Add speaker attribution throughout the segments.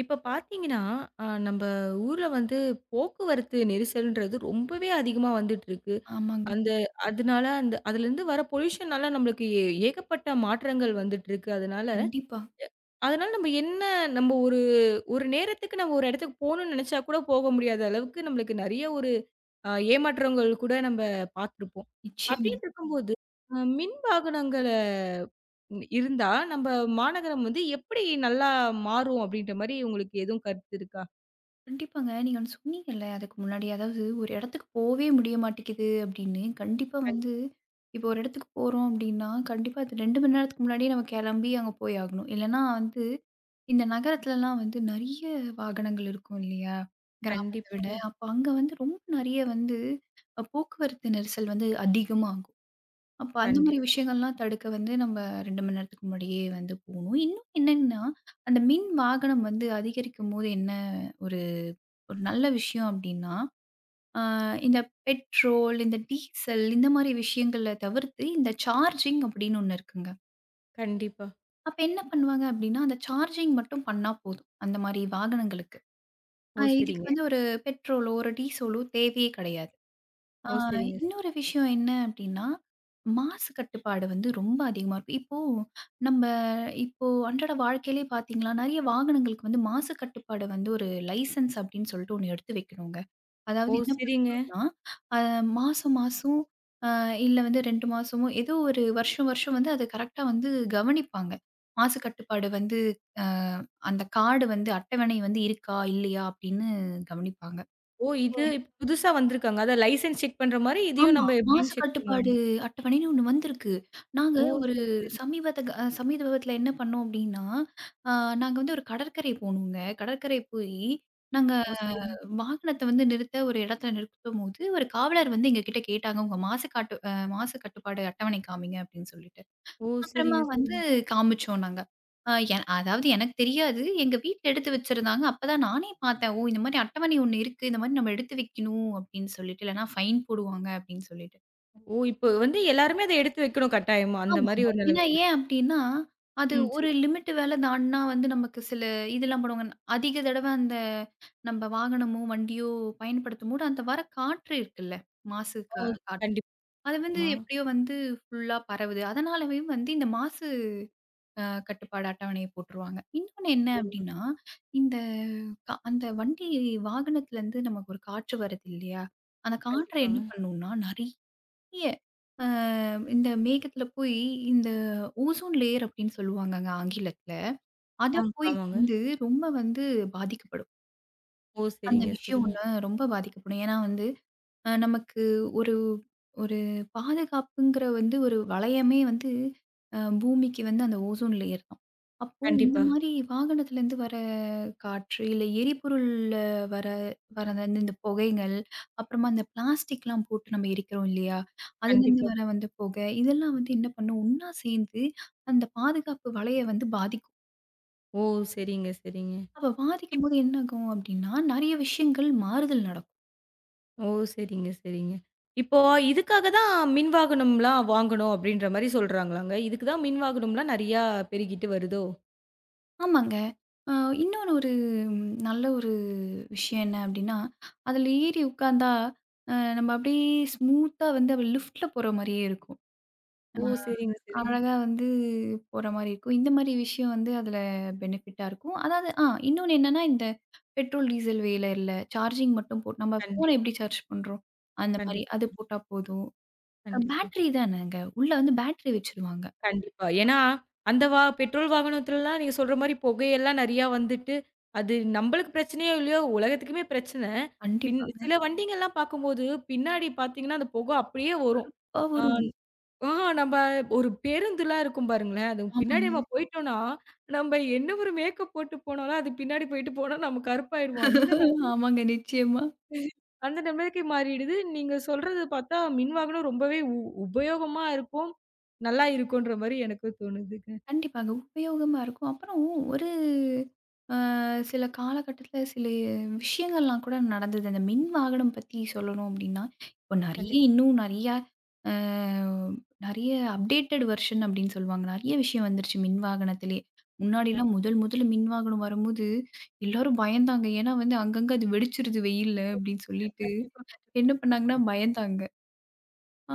Speaker 1: இப்ப பார்த்தீங்கன்னா, நம்ப ஊர்ல வந்து போக்குவரத்து நெரிசல்ன்றது ரொம்பவே அதிகமா வந்துட்டு இருக்கு.
Speaker 2: ஆமாங்க.
Speaker 1: அந்த அதனால அதுலருந்து வர பொல்யூஷனால நம்மளுக்கு ஏகப்பட்ட மாற்றங்கள் வந்துட்டு இருக்கு. அதனால
Speaker 2: கண்டிப்பா.
Speaker 1: அதனால நம்ம ஒரு ஒரு நேரத்துக்கு நம்ம ஒரு இடத்துக்கு போணும்னு நெனச்சா கூட போக முடியாத அளவுக்கு நம்மளுக்கு நெறைய ஒரு ஏமாற்றங்கள் கூட நம்ம பார்த்துருப்போம்.
Speaker 2: நிச்சயமா.
Speaker 1: அப்டின்னு இருக்கும்போது, மின் வாகனங்கள இருந்தா, நம்ப மாநகரம் வந்து எப்படி நல்லா மாறும்? அப்டின்ற மாரி உங்களுக்கு எதுவும் கருத்து இருக்கா?
Speaker 2: கண்டிப்பாங்க. நீங்க வந்து சொன்னீங்கல்ல அதுக்கு முன்னாடி, அதாவது ஒரு இடத்துக்கு போவே முடிய மாட்டேங்குது அப்படின்னு. கண்டிப்பா
Speaker 1: கண்டி
Speaker 2: வந்து இப்போ ஒரு இடத்துக்கு போறோம் அப்படின்னா, கண்டிப்பா அது 2 மணி நேரத்துக்கு முன்னாடியே நம்ம கிளம்பி அங்க போய் ஆகணும். இல்லன்னா வந்து இந்த நகரத்துலலாம் வந்து நெறைய வாகனங்கள் இருக்கும் இல்லையா? கிராமத்த விட.
Speaker 1: கண்டிப்பாங்க.
Speaker 2: அப்ப அங்க வந்து ரொம்ப நெறைய வந்து போக்குவரத்து நெரிசல் வந்து அதிகமாகும். அப்ப அந்த மாரி
Speaker 1: கண்டிப்பா,
Speaker 2: விஷயங்கள்லாம் தடுக்க வந்து நம்ம 2 மணி நேரத்துக்கு முன்னாடியே வந்து போணும். இன்னும் என்னன்னா, அந்த மின் வாகனம் வந்து அதிகரிக்கும்போது என்ன ஒரு ஒரு நல்ல விஷயம் அப்டின்னா, அ இந்த பெட்ரோல், இந்த டீசல் இந்த மாரி விஷயங்கள தவிர்த்து இந்த சார்ஜிங் அப்டின்னு ஒண்ணு இருக்குங்க.
Speaker 1: கண்டிப்பா.
Speaker 2: அப்ப என்ன பண்ணுவாங்க அப்டின்னா, அந்த சார்ஜிங் மட்டும் பண்ணா போதும். அந்த மாரி வாகனங்களுக்கு.
Speaker 1: ஓ!
Speaker 2: இதுக்கு
Speaker 1: சரிங்க.
Speaker 2: வந்து ஒரு பெட்ரோலோ, ஒரு டீசலோ தேவையே கிடையாது. ஆ,
Speaker 1: ஓ! சரிங்க.
Speaker 2: இன்னொரு விஷயம் என்ன அப்டின்னா, மாசு கட்டுப்பாடு வந்து ரொம்ப அதிகமா இருக்கும். இப்போ நம்ப இப்போ அன்றாட வாழ்க்கையிலே பார்த்தீங்களா, நெறைய வாகனங்களுக்கு வந்து மாசு கட்டுப்பாடு வந்து ஒரு லைசென்ஸ் அப்டின்னு சொல்லிட்டு ஒண்ணு எடுத்து வைக்கணுங்க.
Speaker 1: ஓ!
Speaker 2: அதாவது என்ன
Speaker 1: சரிங்க.
Speaker 2: பண்ணணும்னா, அ மாசம் மாசம் அ இல்ல வந்து 2 மாசமோ ஏதோ ஒரு வருஷம் வருஷம் வந்து அத கரெக்ட்டா வந்து கவனிப்பாங்க. மாசு கட்டுப்பாடு வந்து அ அந்த கார்டு வந்து அட்டவணை வந்து இருக்கா, இல்லையா அப்டின்னு கவனிப்பாங்க.
Speaker 1: ஓ! இது இப்ப புதுசா வந்திருக்காங்க. அதான் லைசென்ஸ் செக் பண்ற மாரி, இதையும்
Speaker 2: ஆமா.
Speaker 1: நம்ம
Speaker 2: மாசு
Speaker 1: எப்படின்னு செக் பண்ணுவாங்க.
Speaker 2: கட்டுப்பாடு அட்டவணைன்னு ஒண்ணு வந்திருக்கு. நாங்க
Speaker 1: ஓ!
Speaker 2: ஒரு
Speaker 1: சரி, சரி.
Speaker 2: சமீபத்துல என்ன பண்ணோம் அப்டின்னா, அ நாங்க வந்து ஒரு கடற்கரை போனோங்க. கடற்கரை போயி, நாங்க
Speaker 1: ஓ! சரிங்க.
Speaker 2: வாகனத்த வந்து நிறுத்த ஒரு இடத்துல நிறுத்தும்போது, ஒரு காவலர் வந்து எங்ககிட்ட கேட்டாங்க. "உங்க மாசு காட்டு அ மாசு கட்டுப்பாடு அட்டவணை காமிங்க" அப்டின்னு சொல்லிட்டு.
Speaker 1: ஓ!
Speaker 2: அப்புறமா
Speaker 1: சரிங்க,
Speaker 2: வந்து
Speaker 1: சரிங்க.
Speaker 2: காமிச்சோம் நாங்க. அ என் அதாவது எனக்கு தெரியாது. எங்க வீட்ல எடுத்து வச்சிருந்தாங்க. அப்பதான் நானே பார்த்தேன். ஓ! இந்த மாரி அட்டவணை ஒண்ணு இருக்கு. இந்த மாரி நம்ம எடுத்து வைக்கணும் அப்படின்னு சொல்லிட்டு. இல்லன்னா ஃபைன் போடுவாங்க அப்படின்னு சொல்லிட்டு.
Speaker 1: ஓ! இப்போ வந்து எல்லாருமே அத எடுத்து வைக்கணும் கட்டாயமா. அந்த மாரி
Speaker 2: ஆமாங்க.
Speaker 1: ஒரு
Speaker 2: ஏன்னா
Speaker 1: நிலைமை.
Speaker 2: ஏன் அப்படின்னா, அது
Speaker 1: ம். சரி.
Speaker 2: ஒரு லிமிட் வேல தாண்டுனா வந்து நமக்கு சில இதெல்லாம் போடுவாங்க. அதிக தடவ அந்த நம்ம வாகனமோ, வண்டியோ பயன்படுத்தும்போது அந்த வர காற்று இருக்குல்ல. மாசு
Speaker 1: ஓ!
Speaker 2: கா காற்று.
Speaker 1: கண்டிப்பா.
Speaker 2: அது வந்து
Speaker 1: ஆமா.
Speaker 2: எப்படியோ வந்து ஃபுல்லா பரவுது. அதனாலவே வந்து இந்த மாசு கட்டுப்பாடு அட்டவணைய போட்டுருவாங்க. இன்னொன்னு என்ன
Speaker 1: ஓ!
Speaker 2: அப்டின்னா, இந்த க அந்த வண்டி வாகனத்துலருந்து நமக்கு ஒரு காற்று வருது இல்லையா? அந்த காற்ற என்ன
Speaker 1: கண்டிப்பாங்க.
Speaker 2: பண்ணும்னா, நெறைய அ இந்த மேகத்துல போய் இந்த ஓசோன் லேயர் அப்டின்னு சொல்லுவாங்கங்க ஆங்கிலத்துல. அத
Speaker 1: ஆ,
Speaker 2: போய்
Speaker 1: ஆமாங்க.
Speaker 2: வந்து ரொம்ப வந்து பாதிக்கப்படும்.
Speaker 1: ஓ!
Speaker 2: அந்த
Speaker 1: சரிங்க,
Speaker 2: விஷயம்
Speaker 1: சரிங்க.
Speaker 2: ஒண்ணு ரொம்ப பாதிக்கப்படும். ஏன்னா வந்து நமக்கு ஒரு ஒரு பாதுகாப்புங்கிற வந்து ஒரு வளையமே வந்து பூமிக்கு வந்து அந்த ஓசோன் லேயர் தான். அப்போ இந்த
Speaker 1: கண்டிப்பா,
Speaker 2: மாரி வாகனத்துலேருந்து வர காற்று, இல்ல எரிபொருள்ல வர வர வந்து இந்த புகைகள், அப்புறமா அந்த பிளாஸ்டிக்லாம் போட்டு நம்ம எரிக்கிறோம் இல்லையா? அதுலேருந்து
Speaker 1: கண்டிப்பா.
Speaker 2: வர வந்து புகை, இதெல்லாம் வந்து என்ன பண்ணும்? ஒண்ணா சேர்ந்து அந்த பாதுகாப்பு வலைய வந்து பாதிக்கும்.
Speaker 1: ஓ! சரிங்க, சரிங்க.
Speaker 2: அப்ப பாதிக்கும்போது என்ன ஆகும்? அப்டின்னா, நெறைய விஷயங்கள் மாறுதல் நடக்கும்.
Speaker 1: ஓ! சரிங்க, சரிங்க. இப்போ இதுக்காக தான் மின் வாகனம்லாம் வாங்கணும் அப்படின்ற மாரி சொல்றாங்களாங்க. இதுக்கு தான் மின் வாகனம்லாம் நெறையா பெருகிட்டு வருதோ?
Speaker 2: ஆமாங்க. அ இன்னொன்னு ஒரு நல்ல ஒரு விஷயம் என்ன அப்டின்னா, அதுல ஏறி உட்கார்ந்தா, நம்ம அப்டியே ஸ்மூத்தா வந்து அப்டி லிஃப்ட்ல போற மாரியே இருக்கும்.
Speaker 1: ஓ! சரிங்க, சரிங்க.
Speaker 2: அழகா வந்து போற மாரி இருக்கும். இந்த மாரி விஷயம் வந்து அதுல பெனிஃபிட்டா இருக்கும். அதாவது இன்னொன்னு என்னன்னா, இந்த பெட்ரோல், டீசல் வேல இல்ல. சார்ஜிங் மட்டும் போட் நம்ம ஃபோன
Speaker 1: கண்டிப்பா,
Speaker 2: எப்டி சார்ஜ் பண்றோம்? அந்த மாரி
Speaker 1: கண்டிப்பா,
Speaker 2: அது போட்டா போதும்.
Speaker 1: கண்டிப்பா,
Speaker 2: பேட்டரி தானேங்க. உள்ள வந்து பேட்டரி வச்சுருவாங்க.
Speaker 1: கண்டிப்பா. ஏன்னா, அந்த வா பெட்ரோல் வாகனத்துலலாம் நீங்க சொல்ற மாரி புகையெல்லாம் நெறையா வந்துட்டு, அது நம்பளுக்கு பிரச்சனையோ இல்லையோ, உலகத்துக்குமே பிரச்சனை. பின்
Speaker 2: கண்டிப்பாங்க.
Speaker 1: சில வண்டிங்கலாம் பார்க்கும்போது, பின்னாடி பார்த்தீங்கன்னா, அந்த புகை அப்படியே வரும்.
Speaker 2: அ
Speaker 1: ஆ.
Speaker 2: ஒரு
Speaker 1: ஆ, நம்ப ஒரு பேருந்துலாம் இருக்கும் பாருங்களேன். அதுக்கு பின்னாடி
Speaker 2: ஆமாங்க.
Speaker 1: நம்ம போயிட்டோம்னா, நம்ப என்ன ஒரு மேக்கப் போட்டு போனாலும், அது பின்னாடி போயிட்டு போனா நம்ம கருப்பாயிடுவோம்.
Speaker 2: ஆமாங்க நிச்சயமா.
Speaker 1: அந்த நிலைமைக்கு மாறிடுது. நீங்க சொல்றது பார்த்தா மின் வாகனம் ரொம்பவே உபயோகமா இருக்கும். நல்லா இருக்குன்ற மாரி எனக்கும் தோணுதுங்க.
Speaker 2: கண்டிப்பாங்க. உபயோகமா இருக்கும். அப்புறம் ஒரு அ சில காலகட்டத்தில சில விஷயங்கள்லாம் கூட நடந்தது. அந்த மின் வாகனம் பத்தி சொல்லணும் அப்டின்னா, இப்போ நெறைய
Speaker 1: கண்டிப்பா.
Speaker 2: இன்னும் நெறைய அ நெறைய அப்டேட்டட் வெர்ஷன் அப்டின்னு சொல்லுவாங்க. நெறைய விஷயம் வந்துருச்சு மின் வாகனத்திலே. முன்னாடிலாம் முதல் முதல்ல மின் வாகனம் வரும்போது, எல்லாரும் பயந்தாங்க. ஏன்னா வந்து அங்கங்க அது வெடிச்சிருது வெயில்ல அப்டின்னு சொல்லிட்டு,
Speaker 1: கண்டிப்பா, கண்டிப்பா.
Speaker 2: என்ன பண்ணாங்கன்னா பயந்தாங்க. ஆ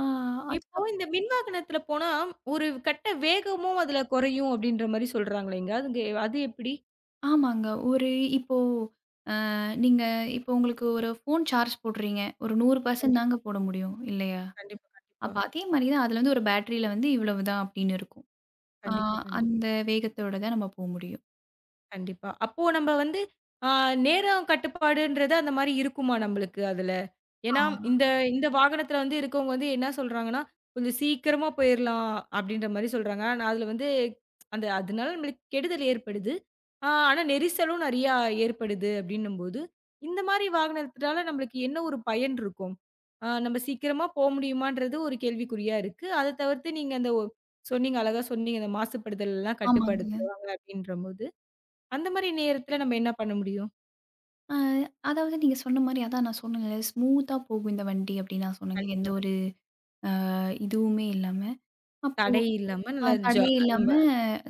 Speaker 1: இப்போ
Speaker 2: அதுக்கப்
Speaker 1: இந்த மின் வாகனத்துல போனா, ஒரு கட்ட வேகமும் அதுல குறையும் அப்டின்ற மாரி சொல்றாங்களேங்க. அதுங்க அது எப்டி?
Speaker 2: ஆமாங்க. இப்போ நீங்க இப்போ உங்களுக்கு ஒரு ஃபோன் சார்ஜ் போடுறீங்க. ஒரு 100%
Speaker 1: கண்டிப்பா,
Speaker 2: தாங்க போட முடியும் இல்லையா?
Speaker 1: கண்டிப்பா, கண்டிப்பா.
Speaker 2: அப்ப அதே மாரி தான் அதுல வந்து ஒரு பேட்டரியில வந்து இவ்வளவு தான் அப்படின்னு இருக்கும். ஆ
Speaker 1: கண்டிப்பா, கண்டிப்பா.
Speaker 2: அந்த வேகத்தோட தான் நம்ம போ முடியும்.
Speaker 1: கண்டிப்பா. அப்போ நம்ம வந்து ஆ நேரம் கட்டுப்பாடுன்றது அந்த மாரி இருக்குமா நம்பளுக்கு அதுல?
Speaker 2: ஆ
Speaker 1: ஏன்னா, இந்த இந்த வாகனத்துல வந்து இருக்கவங்க வந்து என்ன சொல்றாங்கன்னா, "கொஞ்சம் சீக்கிரமா போயிரலாம்" அப்படின்ற மாரி சொல்றாங்க. ஆனா, அதுல வந்து அதனால நம்மளுக்கு கெடுதல் ஏற்படுது. ஆனா நெரிசலும் நெறையா ஏற்படுது அப்படின்னும்போது, இந்த மாரி வாகனத்துனால நம்மளுக்கு என்ன ஒரு பயன் இருக்கும்? நம்ம சீக்கிரமா போ முடியுமான்றது ஒரு கேள்விக்குறியா இருக்கு. அத தவிர்த்து நீங்க அந்த ஒ சொன்னீங்க அழகா சொன்னீங்க. அந்த மாசுபடுதல்லாம்
Speaker 2: ஆமாங்க.
Speaker 1: கட்டுப்படுத்துவாங்க அப்படின்றபோது அந்த மாரி நேரத்துல நம்ம என்ன பண்ண முடியும்?
Speaker 2: அ அதாவது நீங்க சொன்ன மாரி அதான் நான் சொன்னேன்ல, ஸ்மூத்தா போகும் இந்த வண்டி அப்படின்னு நான் சொன்னேன்ல.
Speaker 1: கண்டிப்பா,
Speaker 2: எந்த ஒரு
Speaker 1: கண்டிப்பா.
Speaker 2: இதுவுமே இல்லாம. அப்
Speaker 1: தடை இல்லாம
Speaker 2: ஆ
Speaker 1: நல்லா
Speaker 2: தடையே
Speaker 1: நம்ப.
Speaker 2: இல்லாம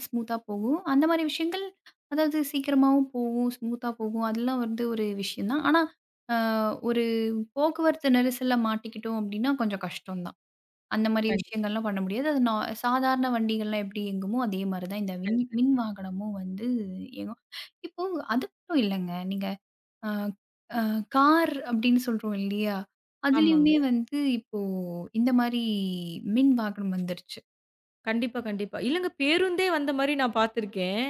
Speaker 2: ஸ்மூத்தா போகும். அந்த மாரி விஷயங்கள் அதாவது சீக்கிரமாவும் போகும், ஸ்மூத்தா போகும். அதெல்லாம் வந்து ஒரு விஷயம் தான். ஆனா, அ ஒரு போக்குவரத்து நெரிசல்ல மாட்டிக்கிட்டோம் அப்டின்னா, கொஞ்சம் கஷ்டம் தான். அந்த மாரி
Speaker 1: கண்டிப்பா,
Speaker 2: விஷயங்கள்லாம் பண்ண முடியாது. அது நா சாதாரண வண்டிகள்லாம் எப்படி இயங்குமோ, அதே மாரி தான் இந்த மின்
Speaker 1: கண்டிப்பா.
Speaker 2: மின் வாகனமும் வந்து இயங்கும். இப்போ அது மட்டும் இல்லங்க. நீங்க அ அ கார் அப்படின்னு சொல்றோம் இல்லையா?
Speaker 1: ஆமாங்க.
Speaker 2: அதுலயுமே வந்து இப்போ இந்த மாரி மின் வாகனம் வந்துருச்சு.
Speaker 1: கண்டிப்பா, கண்டிப்பா. இல்லங்க, பேருந்தே வந்த மாரி நான் பார்த்துருக்கேன்.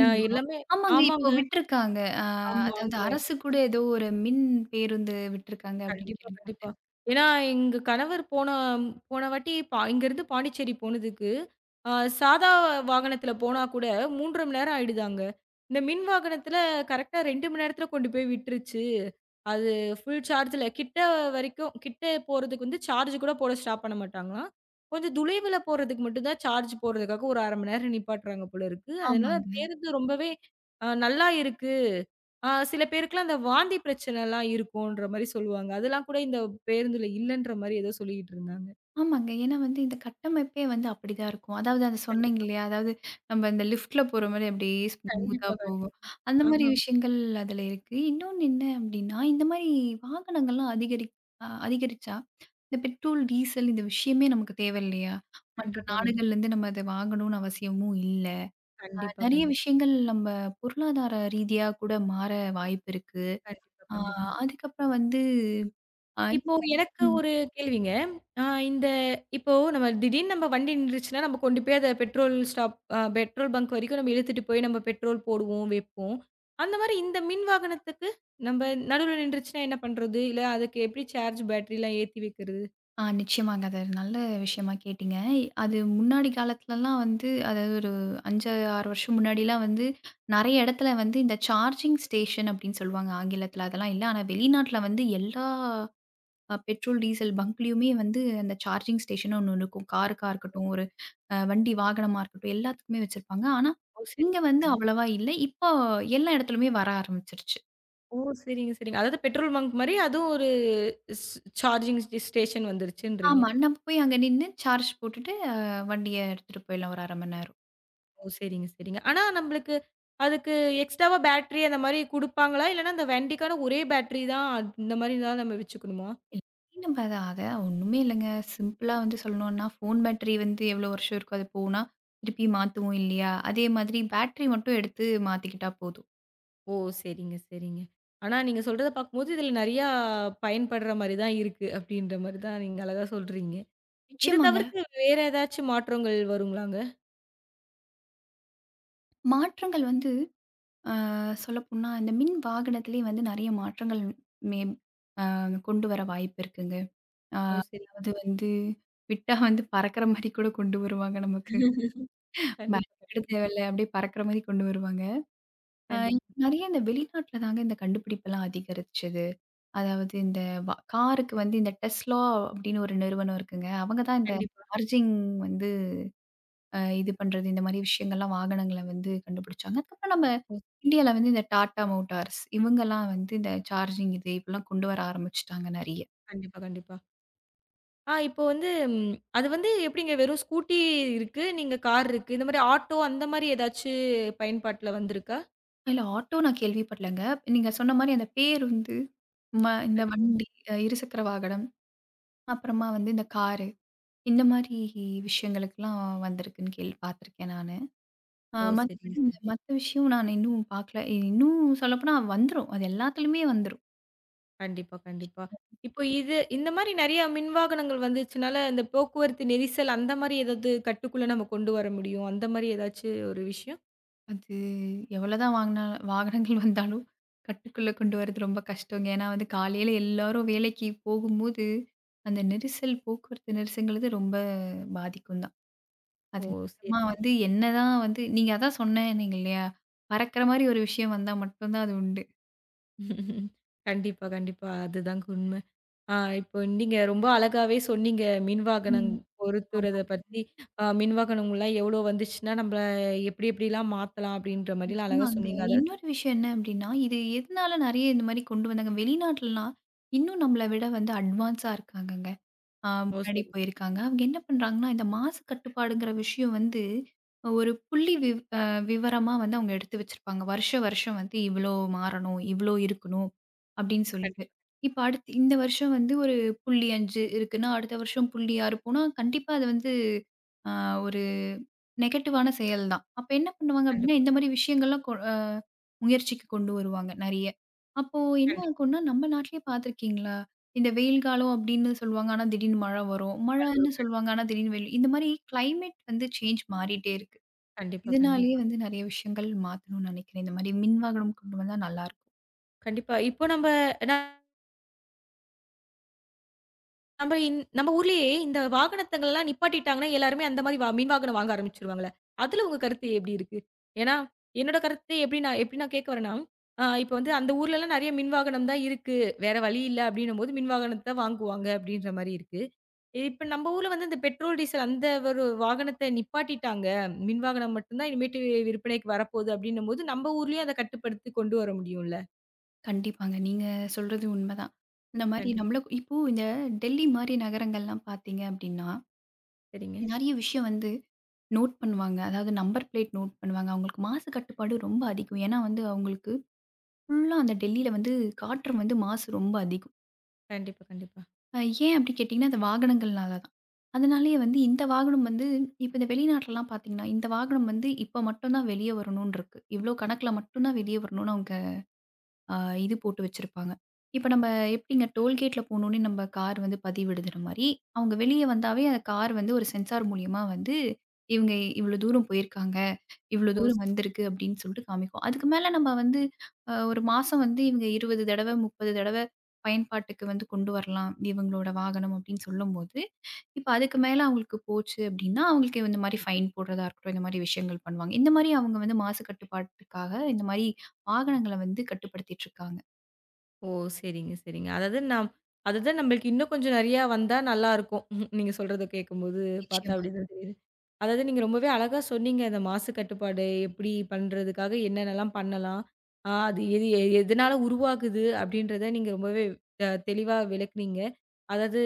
Speaker 1: எல்லாமே.
Speaker 2: ஆமாங்க. இப்போ
Speaker 1: ஆமாங்க.
Speaker 2: விட்டுருக்காங்க. அ ம்.
Speaker 1: ஆமா.
Speaker 2: அதாவது அரசு கூட ஏதோ ஒரு மின் பேருந்து விட்டுருக்காங்க அப்டின்னு
Speaker 1: கண்டிப்பா, கண்டிப்பா.
Speaker 2: கேள்விப்பட்டேன்.
Speaker 1: ஏன்னா, எங்க கணவர் போன போன வாட்டி இங்கருந்து பாண்டிச்சேரி போனதுக்கு, அ சாதா வாகனத்துல போனா கூட 3 1/2 மணி நேரம் ஆயிடுதாங்க. இந்த மின் வாகனத்துல கரெக்ட்டா 2 மணி நேரத்துல கொண்டு போய் விட்டுருச்சு. அது ஃபுல் சார்ஜ்ல கிட்ட வரைக்கும் கிட்ட போறதுக்கு வந்து சார்ஜ் கூட போட ஸ்டாப் பண்ண மாட்டாங்களாம். கொஞ்சம் துளைவுல போறதுக்கு மட்டும் தான் சார்ஜ் போடுறதுக்காக ஒரு 1/2 மணி நேரம் நிப்பாட்டுறாங்க போல இருக்கு. அதனால
Speaker 2: ஆமாங்க.
Speaker 1: பேருந்து ரொம்பவே நல்லா இருக்கு. சில பேருக்குலாம் அந்த வாந்தி பிரச்சனைலாம் இருக்குன்ற மாரி சொல்லுவாங்க. அதெல்லாம் கூட இந்த பேருந்துல இல்லன்ற மாரி ஏதோ சொல்லிக்கிட்டு இருந்தாங்க.
Speaker 2: ஆமாங்க. ஏன்னா வந்து இந்த கட்டமைப்பே வந்து அப்டிதான் இருக்கும். அதாவது அத சொன்னீங்க
Speaker 1: கண்டிப்பா.
Speaker 2: இல்லையா? அதாவது நம்ம இந்த லிஃப்ட்ல போற மாரி அப்டியே ஸ்மூத்தா
Speaker 1: கண்டிப்பா,
Speaker 2: போகும்.
Speaker 1: கண்டிப்பா.
Speaker 2: அந்த மாரி
Speaker 1: ஆஹா.
Speaker 2: விஷயங்கள் அதுல இருக்கு. இன்னொன்னு என்ன அப்டின்னா, இந்த மாரி வாகனங்கள்லாம் அதிகரி அ அதிகரிச்சா, இந்த பெட்ரோல், டீசல் இந்த விஷயமே நமக்கு தேவ இல்லையா? மற்ற
Speaker 1: கண்டிப்பா, கண்டிப்பா.
Speaker 2: நாடுகள்லேருந்து நம்ம அத வாங்கணும்னு அவசியமும் இல்ல.
Speaker 1: கண்டிப்பா,
Speaker 2: நெறைய
Speaker 1: கண்டிப்பா.
Speaker 2: விஷயங்கள் நம்ம பொருளாதார ரீதியா கூட மாற வாய்ப்பு இருக்கு.
Speaker 1: கண்டிப்பா,
Speaker 2: ஆ
Speaker 1: கண்டிப்பா.
Speaker 2: அதுக்கப்புறம் வந்து அ
Speaker 1: இப்போ எனக்கு
Speaker 2: ம்.
Speaker 1: ஒரு கேள்விங்க. ஆ இந்த இப்போ நம்ம திடீர்னு நம்ம வண்டி நின்றுச்சுன்னா, நம்ம கொண்டு போய் அத பெட்ரோல் ஸ்டாப் அ பெட்ரோல் பங்க் வரைக்கும் நம்ம இழுத்துட்டு போய் நம்ம பெட்ரோல் போடுவோம், வைப்போம். அந்த மாரி இந்த மின் வாகனத்துக்கு நம்ம நடுவுல நின்றுச்சுன்னா என்ன பண்றது? இல்ல அதுக்கு எப்படி சார்ஜ் பேட்டரிலாம் ஏத்தி வைக்கிறது?
Speaker 2: ஆ நிச்சயமாங்க. அது ஒரு நல்ல விஷயமா கேட்டீங்க. அது முன்னாடி காலத்துலலாம் வந்து அதாவது ஒரு 5, 6 வருஷம் முன்னாடிலாம் வந்து நெறைய இடத்துல வந்து இந்த சார்ஜிங் ஸ்டேஷன் அப்படின்னு சொல்லுவாங்க ஆங்கிலத்தில. அதெல்லாம் இல்ல. ஆனா வெளிநாட்ல வந்து எல்லா பெட்ரோல், டீசல் பங்க்லயுமே வந்து அந்த சார்ஜிங் ஸ்டேஷன்னு ஒண்ணு இருக்கும். காருக்கா இருக்கட்டும், ஒரு அ வண்டி வாகனமா இருக்கட்டும், எல்லாத்துக்குமே வச்சிருப்பாங்க. ஆனா,
Speaker 1: ஓ! சரிங்க,
Speaker 2: இங்க வந்து
Speaker 1: சரிங்க.
Speaker 2: அவ்வளவா இல்ல. இப்போ எல்லா இடத்துலயுமே வர ஆரம்பிச்சுருச்சு.
Speaker 1: ஓ! சரிங்க, சரிங்க. அதாவது பெட்ரோல் பங்க் மாரி அதுவும் ஒரு ஸ் சார்ஜிங் ஸ்டேஷன் வந்துருச்சுன்றீங்க.
Speaker 2: ஆமா. நம்ம போய் அங்க நின்னு சார்ஜ் போட்டுட்டு வண்டிய எடுத்துட்டு போயிடலாம் ஒரு 1/2 மணி நேரம்.
Speaker 1: ஓ! சரிங்க, சரிங்க. ஆனா நம்மளுக்கு அதுக்கு எக்ஸ்ட்ராவா பேட்டரி அந்த மாரி குடுப்பாங்களா? இல்லன்னா அந்த வண்டிக்கான ஒரே பேட்டரி தான் இந்த மாரி தான் நம்ம வச்சுக்கணுமா?
Speaker 2: இல்ல, நம்ம அத அத ஒண்ணுமே இல்லங்க. சிம்பிளா வந்து சொல்லணும்னா, ஃபோன் பேட்டரி வந்து எவ்வளோ வருஷம் இருக்கோ அது போனா, திருப்பி மாத்துவோம் இல்லையா? அதே மாதிரி பேட்டரி மட்டும் எடுத்து மாத்திக்கிட்டா போதும்.
Speaker 1: ஓ! சரிங்க, சரிங்க. ஆனா நீங்க சொல்றத பார்க்கும்போது இதில நெறையா பயன்படுற மாரி தான் இருக்கு. அப்டின்ற மாரி தான் நீங்க அழகா சொல்றீங்க. இத
Speaker 2: நிச்சயமாங்க.
Speaker 1: தவிர்த்து வேற ஏதாச்சும் மாற்றங்கள் வருங்களாங்க?
Speaker 2: மாற்றங்கள் வந்து ஆ சொல்லப்போனா, இந்த மின் வாகனத்திலேயே வந்து நெறைய மாற்றங்கள் மேம் அ கொண்டு வர வாய்ப்பு இருக்குங்க.
Speaker 1: ஓ! சரிங்க.
Speaker 2: அதாவது வந்து விட்டா வந்து பறக்கிற மாரி கூட கொண்டு வருவாங்க நமக்கு. பேட்டரி
Speaker 1: கண்டிப்பா,
Speaker 2: கூட தேவையில்ல. அப்படியே பறக்கிற மாரி கொண்டு வருவாங்க. அ
Speaker 1: கண்டிப்பா,
Speaker 2: நெறைய இந்த வெளிநாட்ல தாங்க இந்த கண்டுபிடிப்பெல்லாம் அதிகரிச்சது. அதாவது இந்த காருக்கு வந்து இந்த Tesla அப்படின்னு ஒரு நிறுவனம் இருக்குங்க. அவங்க தான் இந்த
Speaker 1: கண்டிப்பா.
Speaker 2: சார்ஜிங் வந்து இது பண்றது, இந்த மாரி விஷயங்கள்லாம் வாகனங்கள வந்து கண்டுபிடிச்சாங்க. அதுக்கப்புறம் நம்ம
Speaker 1: ஓ!
Speaker 2: இந்தியால வந்து இந்த டாடா மோட்டார்ஸ் இவங்கலாம் வந்து இந்த சார்ஜிங் இது இப்படிலாம் கொண்டு வர ஆரம்பிச்சுட்டாங்க நெறைய.
Speaker 1: கண்டிப்பா, கண்டிப்பா. இப்போ வந்து அது வந்து எப்படிங்க? வெறும் ஸ்கூட்டி இருக்கு, நீங்க கார் இருக்கு. இந்த மாரி ஆட்டோ அந்த மாரி ஏதாச்சு பயன்பாட்டுல வந்திருக்கா?
Speaker 2: இல்ல ஆட்டோ நான் கேள்விப்படலங்க. நீங்க சொன்ன மாரி அந்த பேருந்து, இந்த
Speaker 1: கண்டிப்பாங்க.
Speaker 2: வண்டி, இருசக்கர வாகனம், அப்புறமா வந்து இந்த காரு, இந்த மாரி விஷயங்களுக்கெல்லாம் வந்திருக்குன்னு கேள்வி பார்த்துருக்கேன் நானு. அ
Speaker 1: ஓ! சரிங்க
Speaker 2: மத்தபடி இந்த
Speaker 1: சார்.
Speaker 2: மத்த விஷயம் நான் இன்னும் பார்க்கல. இன்னும் சொல்லப்போனா வந்துரும். அது எல்லாத்துலயுமே வந்துரும்.
Speaker 1: கண்டிப்பா, கண்டிப்பா. இப்போ இது இந்த மாரி நெறைய மின்வாகனங்கள் வந்துச்சுனால, இந்த போக்குவரத்து நெரிசல் அந்த மாரி ஏதாவது கட்டுக்குள்ள நம்ம கொண்டு வர முடியும். அந்த மாரி ஏதாச்சு ஒரு விஷயம்?
Speaker 2: அது எவ்வளோதான் வாங்குனா வாகனங்கள் வந்தாலும் கட்டுக்குள்ள கொண்டு வரது ரொம்ப கஷ்டங்க. ஏன்னா வந்து காலையில எல்லாரும் வேலைக்கு போகும்போது, அந்த நெரிசல் போக்குவரத்து நெரிசல்ங்கிறது ரொம்ப பாதிக்கும் தான்.
Speaker 1: ஓ!
Speaker 2: அது நிச்சயமா
Speaker 1: சரிங்க.
Speaker 2: வந்து என்னதான் வந்து நீங்க அதான் சொன்னேன்னீங்க இல்லையா? பறக்கிற மாரி ஒரு விஷயம் வந்தா மட்டும் தான் அது உண்டு.
Speaker 1: கண்டிப்பா, கண்டிப்பா. அதுதாங்க உண்மை. இப்போ நீங்க ரொம்ப அழகாவே சொன்னீங்க. மின்வாகனம்
Speaker 2: ம். ஆமா.
Speaker 1: பொருத்துறத பத்தி, மின்வாகனங்கள்லாம் எவ்வளோ வந்துச்சுன்னா, நம்ப எப்டி எப்டிலாம் மாத்தலாம் அப்படின்ற மாரிலாம் அழகா
Speaker 2: நிச்சயமாங்க.
Speaker 1: சொன்னீங்க. அத.
Speaker 2: இன்னொரு விஷயம் என்ன அப்படின்னா, இது எதனால நெறைய இந்த மாரி கொண்டு வந்தாங்க? வெளிநாட்டுலலாம் இன்னும் நம்மள விட வந்து அட்வான்ஸா இருக்காங்கங்க.
Speaker 1: ஓ!
Speaker 2: முன்னாடி
Speaker 1: சரி.
Speaker 2: போயிருக்காங்க. அவங்க என்ன பண்றாங்கன்னா, இந்த மாசு கட்டுப்பாடுங்கிற விஷயம் வந்து ஒரு புள்ளி விவ் அ விவரமா வந்து அவங்க எடுத்து வச்சிருப்பாங்க. வருஷம் வருஷம் வந்து இவ்ளோ மாறணும், இவ்ளோ இருக்கணும் அப்படின்னு சொல்லிட்டு.
Speaker 1: கண்டிப்பா,
Speaker 2: இப்ப அடுத்து இந்த வருஷம் வந்து ஒரு 0.5 இருக்குன்னா, அடுத்த வருஷம் 0.6 போனா கண்டிப்பா அது வந்து ஆ ஒரு நெகட்டிவான செயல் தான். அப்ப என்ன பண்ணுவாங்க அப்டின்னா,
Speaker 1: கண்டிப்பா,
Speaker 2: இந்த மாரி விஷயங்கள்லாம் கொ அ முயற்சிக்கு கொண்டு வருவாங்க நெறைய. அப்போ என்ன
Speaker 1: கண்டிப்பா.
Speaker 2: ஆகும்னா, நம்ம நாட்டிலேயே பார்த்துருக்கீங்களா? இந்த வெயில் காலம் அப்டின்னு சொல்லுவாங்க. ஆனா திடீர்னு மழை வரும். மழைன்னு சொல்லுவாங்க. ஆனா திடீர்னு வெயில். இந்த மாரி கிளைமேட் வந்து சேஞ்ச் மாறிட்டே இருக்கு.
Speaker 1: கண்டிப்பா,
Speaker 2: இதனாலேயே
Speaker 1: கண்டிப்பா.
Speaker 2: வந்து நெறைய விஷயங்கள் மாத்தணும்னு நெனைக்கிறேன். இந்த மாரி மின் வாகனம் கொண்டு வந்தா நல்லாயிருக்கும்.
Speaker 1: கண்டிப்பா. இப்போ நம்ப நான் நம்ம இந் நம்ம ஊர்லயே இந்த வாகனத்தங்கள்லாம் நிப்பாட்டிட்டாங்கன்னா, எல்லாருமே அந்த மாரி மின் வாகனம் வாங்க ஆரம்பிச்சுருவாங்கல்ல. அதுல உங்க கருத்து எப்படி இருக்கு? ஏன்னா, என்னோட கருத்து எப்படி நான் கேட்க வரேன்னா, இப்ப வந்து அந்த ஊர்லலாம் நெறைய மின் வாகனம் தான் இருக்கு. வேற வழி இல்ல அப்படின்னும்போது மின் வாகனத்த வாங்குவாங்க அப்படின்ற மாரி இருக்கு. இப்ப நம்ம ஊர்ல வந்து இந்த பெட்ரோல், டீசல் அந்த ஒரு வாகனத்த நிப்பாட்டிட்டாங்க. மின் வாகனம் மட்டும் தான் இனிமேட்டு விற்பனைக்கு வரப்போகுது அப்படின்னும்போது, நம்ம ஊர்லயும் அத கட்டுப்படுத்தி கொண்டு வர முடியும்ல.
Speaker 2: கண்டிப்பாங்க. நீங்க சொல்றது உண்மதான். இந்த மாரி
Speaker 1: கண்டிப்
Speaker 2: நம்மளுக்கு இப்போ இந்த டெல்லி மாரி நகரங்கள்லாம் பார்த்தீங்க அப்டின்னா,
Speaker 1: சரிங்க.
Speaker 2: நெறைய விஷயம் வந்து நோட் பண்ணுவாங்க. அதாவது நம்பர் பிளேட் நோட் பண்ணுவாங்க. அவங்களுக்கு மாசு கட்டுப்பாடு ரொம்ப அதிகம். ஏன்னா வந்து அவங்களுக்கு ஃபுல்லா அந்த டெல்லியில வந்து காற்று வந்து மாசு ரொம்ப அதிகம்.
Speaker 1: கண்டிப்பா, கண்டிப்பா.
Speaker 2: அ ஏன் அப்படி கேட்டீங்கன்னா, அந்த வாகனங்கள்னால தான். அதனாலேயே வந்து இந்த வாகனம் வந்து இப்ப இந்த வெளிநாட்லலாம் பார்த்தீங்கன்னா, இந்த வாகனம் வந்து இப்ப மட்டும் தான் வெளிய வரணும்னு இருக்கு. இவ்ளோ கணக்குல மட்டும் தான் வெளிய வரணும்னு அவங்க அ இது போட்டு வச்சிருப்பாங்க. இப்ப நம்ம எப்படிங்க டோல்கேட்ல போனோனே நம்ம கார் வந்து பதிவிடுதுற மாரி, அவங்க வெளிய வந்தாவே அந்த கார் வந்து ஒரு சென்சார் மூலியமா வந்து இவங்க இவ்ளோ தூரம் போயிருக்காங்க. இவ்வளோ
Speaker 1: ஓ!
Speaker 2: தூரம் வந்திருக்கு அப்படின்னு சொல்லிட்டு காமிக்கும். அதுக்கு மேல நம்ம வந்து ஒரு மாசம் வந்து இவங்க 20 தடவ, 30 தடவ பயன்பாட்டுக்கு வந்து கொண்டு வரலாம். இவங்களோட வாகனம் அப்படின்னு சொல்லும்போது, இப்ப அதுக்கு மேல அவங்களுக்கு போச்சு அப்படின்னா, அவங்களுக்கு இந்த மாரி ஃபைன் போடுறதா இருக்கட்டும், இந்த மாரி விஷயங்கள் பண்ணுவாங்க. இந்த மாரி அவங்க வந்து மாசு கட்டுப்பாட்டுக்காக இந்த மாரி வாகனங்கள வந்து கட்டுப்படுத்திட்டு இருக்காங்க.
Speaker 1: ஓ! சரிங்க, சரிங்க. அதாவது அதுதான் நம்மளுக்கு இன்னும் கொஞ்சம் நெறையா வந்தா நல்லாருக்கும். நீங்க சொல்றத கேட்கும்போது பார்த்தா
Speaker 2: நிச்சயமா.
Speaker 1: அப்டிதான் தெரியுது. அதாவது நீங்க ரொம்பவே அழகா சொன்னீங்க. இந்த மாசு கட்டுப்பாடு எப்படி பண்றதுக்காக என்னென்னலாம் பண்ணலாம்? அது எது எ எதனால உருவாகுது? அப்படின்றத நீங்க ரொம்பவே தெளிவா விளக்குனீங்க. அதாவது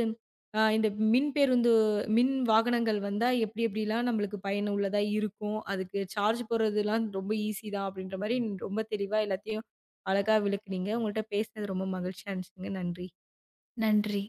Speaker 1: இந்த மின் வாகனங்கள் வந்தா எப்படி எப்படிலாம் நம்மளுக்கு பயனுள்ளதா இருக்கும்? அதுக்கு சார்ஜ் போடுறதுலாம் ரொம்ப ஈஸி தான் அப்படின்ற மாரி ரொம்ப தெளிவா எல்லாத்தையும் அழகா விளக்குனீங்க. உங்கள்ட்ட பேசினது ரொம்ப மகிழ்ச்சியா இருந்துச்சுங்க. நன்றி.
Speaker 2: நன்றி.